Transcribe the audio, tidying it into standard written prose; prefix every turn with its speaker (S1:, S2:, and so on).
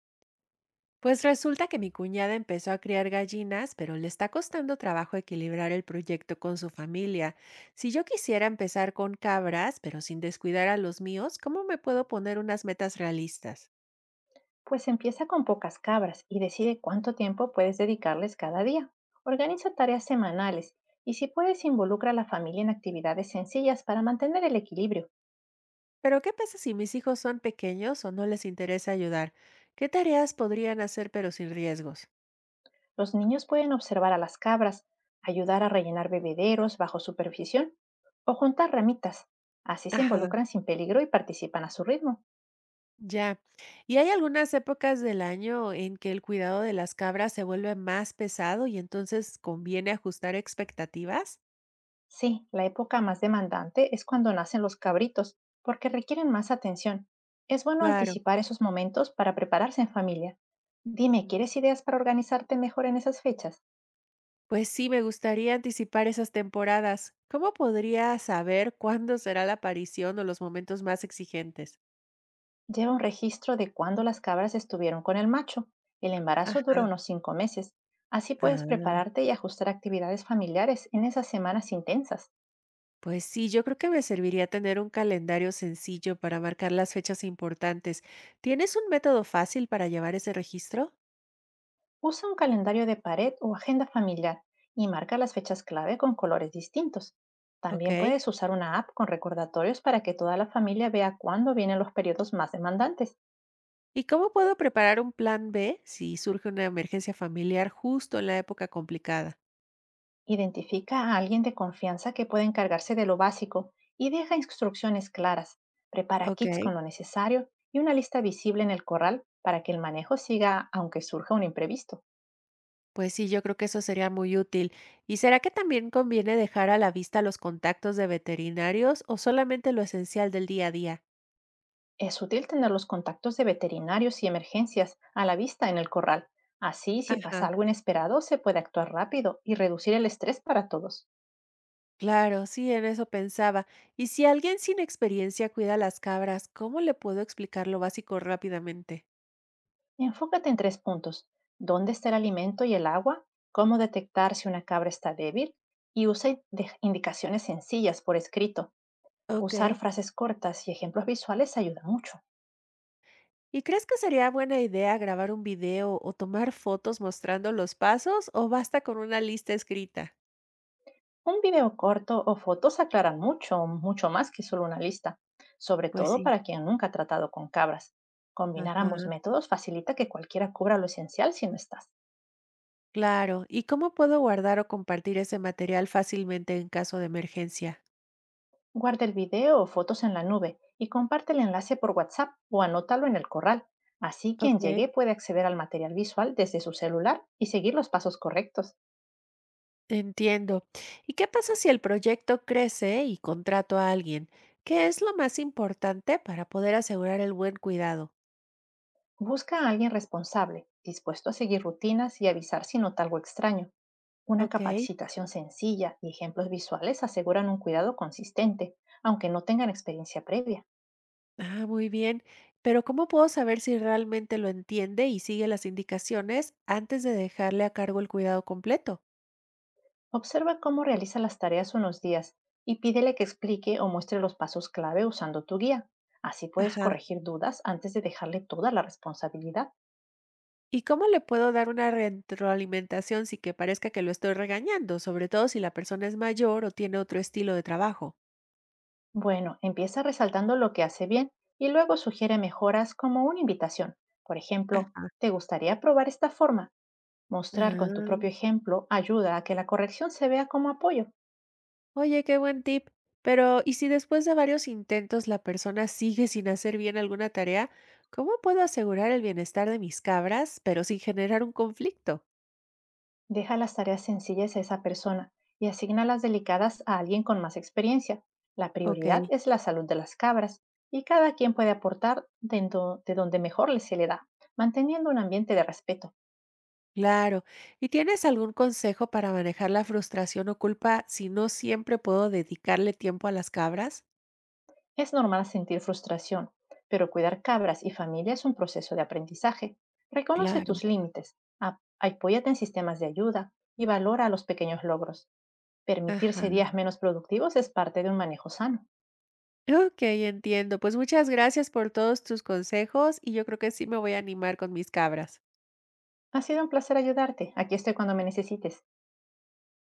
S1: Pues resulta que mi cuñada empezó a criar gallinas, pero le está costando trabajo equilibrar el proyecto con su familia. Si yo quisiera empezar con cabras, pero sin descuidar a los míos, ¿cómo me puedo poner unas metas realistas?
S2: Pues empieza con pocas cabras y decide cuánto tiempo puedes dedicarles cada día. Organiza tareas semanales y si puedes involucra a la familia en actividades sencillas para mantener el equilibrio.
S1: Pero ¿qué pasa si mis hijos son pequeños o no les interesa ayudar? ¿Qué tareas podrían hacer pero sin riesgos?
S2: Los niños pueden observar a las cabras, ayudar a rellenar bebederos bajo supervisión o juntar ramitas. Así se
S1: Ajá,
S2: involucran sin peligro y participan a su ritmo.
S1: ya. ¿Y hay algunas épocas del año en que el cuidado de las cabras se vuelve más pesado y entonces conviene ajustar expectativas?
S2: Sí, la época más demandante es cuando nacen los cabritos, porque requieren más atención. Es bueno
S1: Claro.
S2: anticipar esos momentos para prepararse en familia. Dime, ¿quieres ideas para organizarte mejor en esas fechas?
S1: Pues sí, me gustaría anticipar esas temporadas. ¿Cómo podría saber cuándo será la aparición o los momentos más exigentes?
S2: Lleva un registro de cuándo las cabras estuvieron con el macho. El embarazo dura
S1: Ajá.
S2: unos 5 meses. Así puedes
S1: Ah,
S2: prepararte y ajustar actividades familiares en esas semanas intensas.
S1: pues sí, yo creo que me serviría tener un calendario sencillo para marcar las fechas importantes. ¿Tienes un método fácil para llevar ese registro?
S2: Usa un calendario de pared o agenda familiar y marca las fechas clave con colores distintos.
S1: Ok.
S2: También puedes usar una app con recordatorios para que toda la familia vea cuándo vienen los periodos más demandantes.
S1: ¿Y cómo puedo preparar un plan B si surge una emergencia familiar justo en la época complicada?
S2: Identifica a alguien de confianza que pueda encargarse de lo básico y deja instrucciones claras. Prepara kits
S1: Ok.
S2: con lo necesario y una lista visible en el corral para que el manejo siga aunque surja un imprevisto.
S1: Pues sí, yo creo que eso sería muy útil. ¿Y será que también conviene dejar a la vista los contactos de veterinarios o solamente lo esencial del día a día?
S2: Es útil tener los contactos de veterinarios y emergencias a la vista en el corral. Así, si
S1: Ajá.
S2: pasa algo inesperado, se puede actuar rápido y reducir el estrés para todos.
S1: Claro, sí, en eso pensaba. Y si alguien sin experiencia cuida las cabras, ¿cómo le puedo explicar lo básico rápidamente?
S2: Enfócate en 3 puntos. ¿Dónde está el alimento y el agua? ¿Cómo detectar si una cabra está débil? Y usa indicaciones sencillas por escrito.
S1: Ok.
S2: Usar frases cortas y ejemplos visuales ayuda mucho.
S1: ¿Y crees que sería buena idea grabar un video o tomar fotos mostrando los pasos o basta con una lista escrita?
S2: Un video corto o fotos aclaran mucho, mucho más que solo una lista, sobre
S1: Pues
S2: todo
S1: sí.
S2: para quien nunca ha tratado con cabras. Combinar ambos
S1: Ajá.
S2: métodos facilita que cualquiera cubra lo esencial si no estás.
S1: Claro. ¿Y cómo puedo guardar o compartir ese material fácilmente en caso de emergencia?
S2: Guarda el video o fotos en la nube y comparte el enlace por WhatsApp o anótalo en el corral. Así quien
S1: Ok.
S2: llegue puede acceder al material visual desde su celular y seguir los pasos correctos.
S1: Entiendo. ¿Y qué pasa si el proyecto crece y contrato a alguien? ¿Qué es lo más importante para poder asegurar el buen cuidado?
S2: Busca a alguien responsable, dispuesto a seguir rutinas y avisar si nota algo extraño. Una
S1: Ok.
S2: capacitación sencilla y ejemplos visuales aseguran un cuidado consistente, aunque no tengan experiencia previa.
S1: Ah, muy bien. Pero ¿cómo puedo saber si realmente lo entiende y sigue las indicaciones antes de dejarle a cargo el cuidado completo?
S2: Observa cómo realiza las tareas unos días y pídele que explique o muestre los pasos clave usando tu guía. Así puedes
S1: Ajá.
S2: corregir dudas antes de dejarle toda la responsabilidad.
S1: ¿Y cómo le puedo dar una retroalimentación sin que parezca que lo estoy regañando, sobre todo si la persona es mayor o tiene otro estilo de trabajo?
S2: Bueno, empieza resaltando lo que hace bien y luego sugiere mejoras como una invitación. Por ejemplo, ¿te gustaría probar esta forma? Mostrar con tu propio
S1: Ah,
S2: ejemplo ayuda a que la corrección se vea como apoyo.
S1: oye, qué buen tip. Pero, ¿y si después de varios intentos la persona sigue sin hacer bien alguna tarea? ¿Cómo puedo asegurar el bienestar de mis cabras, pero sin generar un conflicto?
S2: Deja las tareas sencillas a esa persona y asigna las delicadas a alguien con más experiencia. La
S1: Ok,
S2: prioridad es la salud de las cabras y cada quien puede aportar dentro de donde mejor le se le da, manteniendo un ambiente de respeto.
S1: claro. ¿Y tienes algún consejo para manejar la frustración o culpa si no siempre puedo dedicarle tiempo a las cabras?
S2: Es normal sentir frustración, pero cuidar cabras y familia es un proceso de aprendizaje. Reconoce
S1: Claro.
S2: tus límites, apóyate en sistemas de ayuda y valora los pequeños logros. Permitirse
S1: Ajá.
S2: días menos productivos es parte de un manejo sano.
S1: Ok, entiendo. Pues muchas gracias por todos tus consejos y yo creo que sí me voy a animar con mis cabras.
S2: Ha sido un placer ayudarte. Aquí estoy cuando me necesites.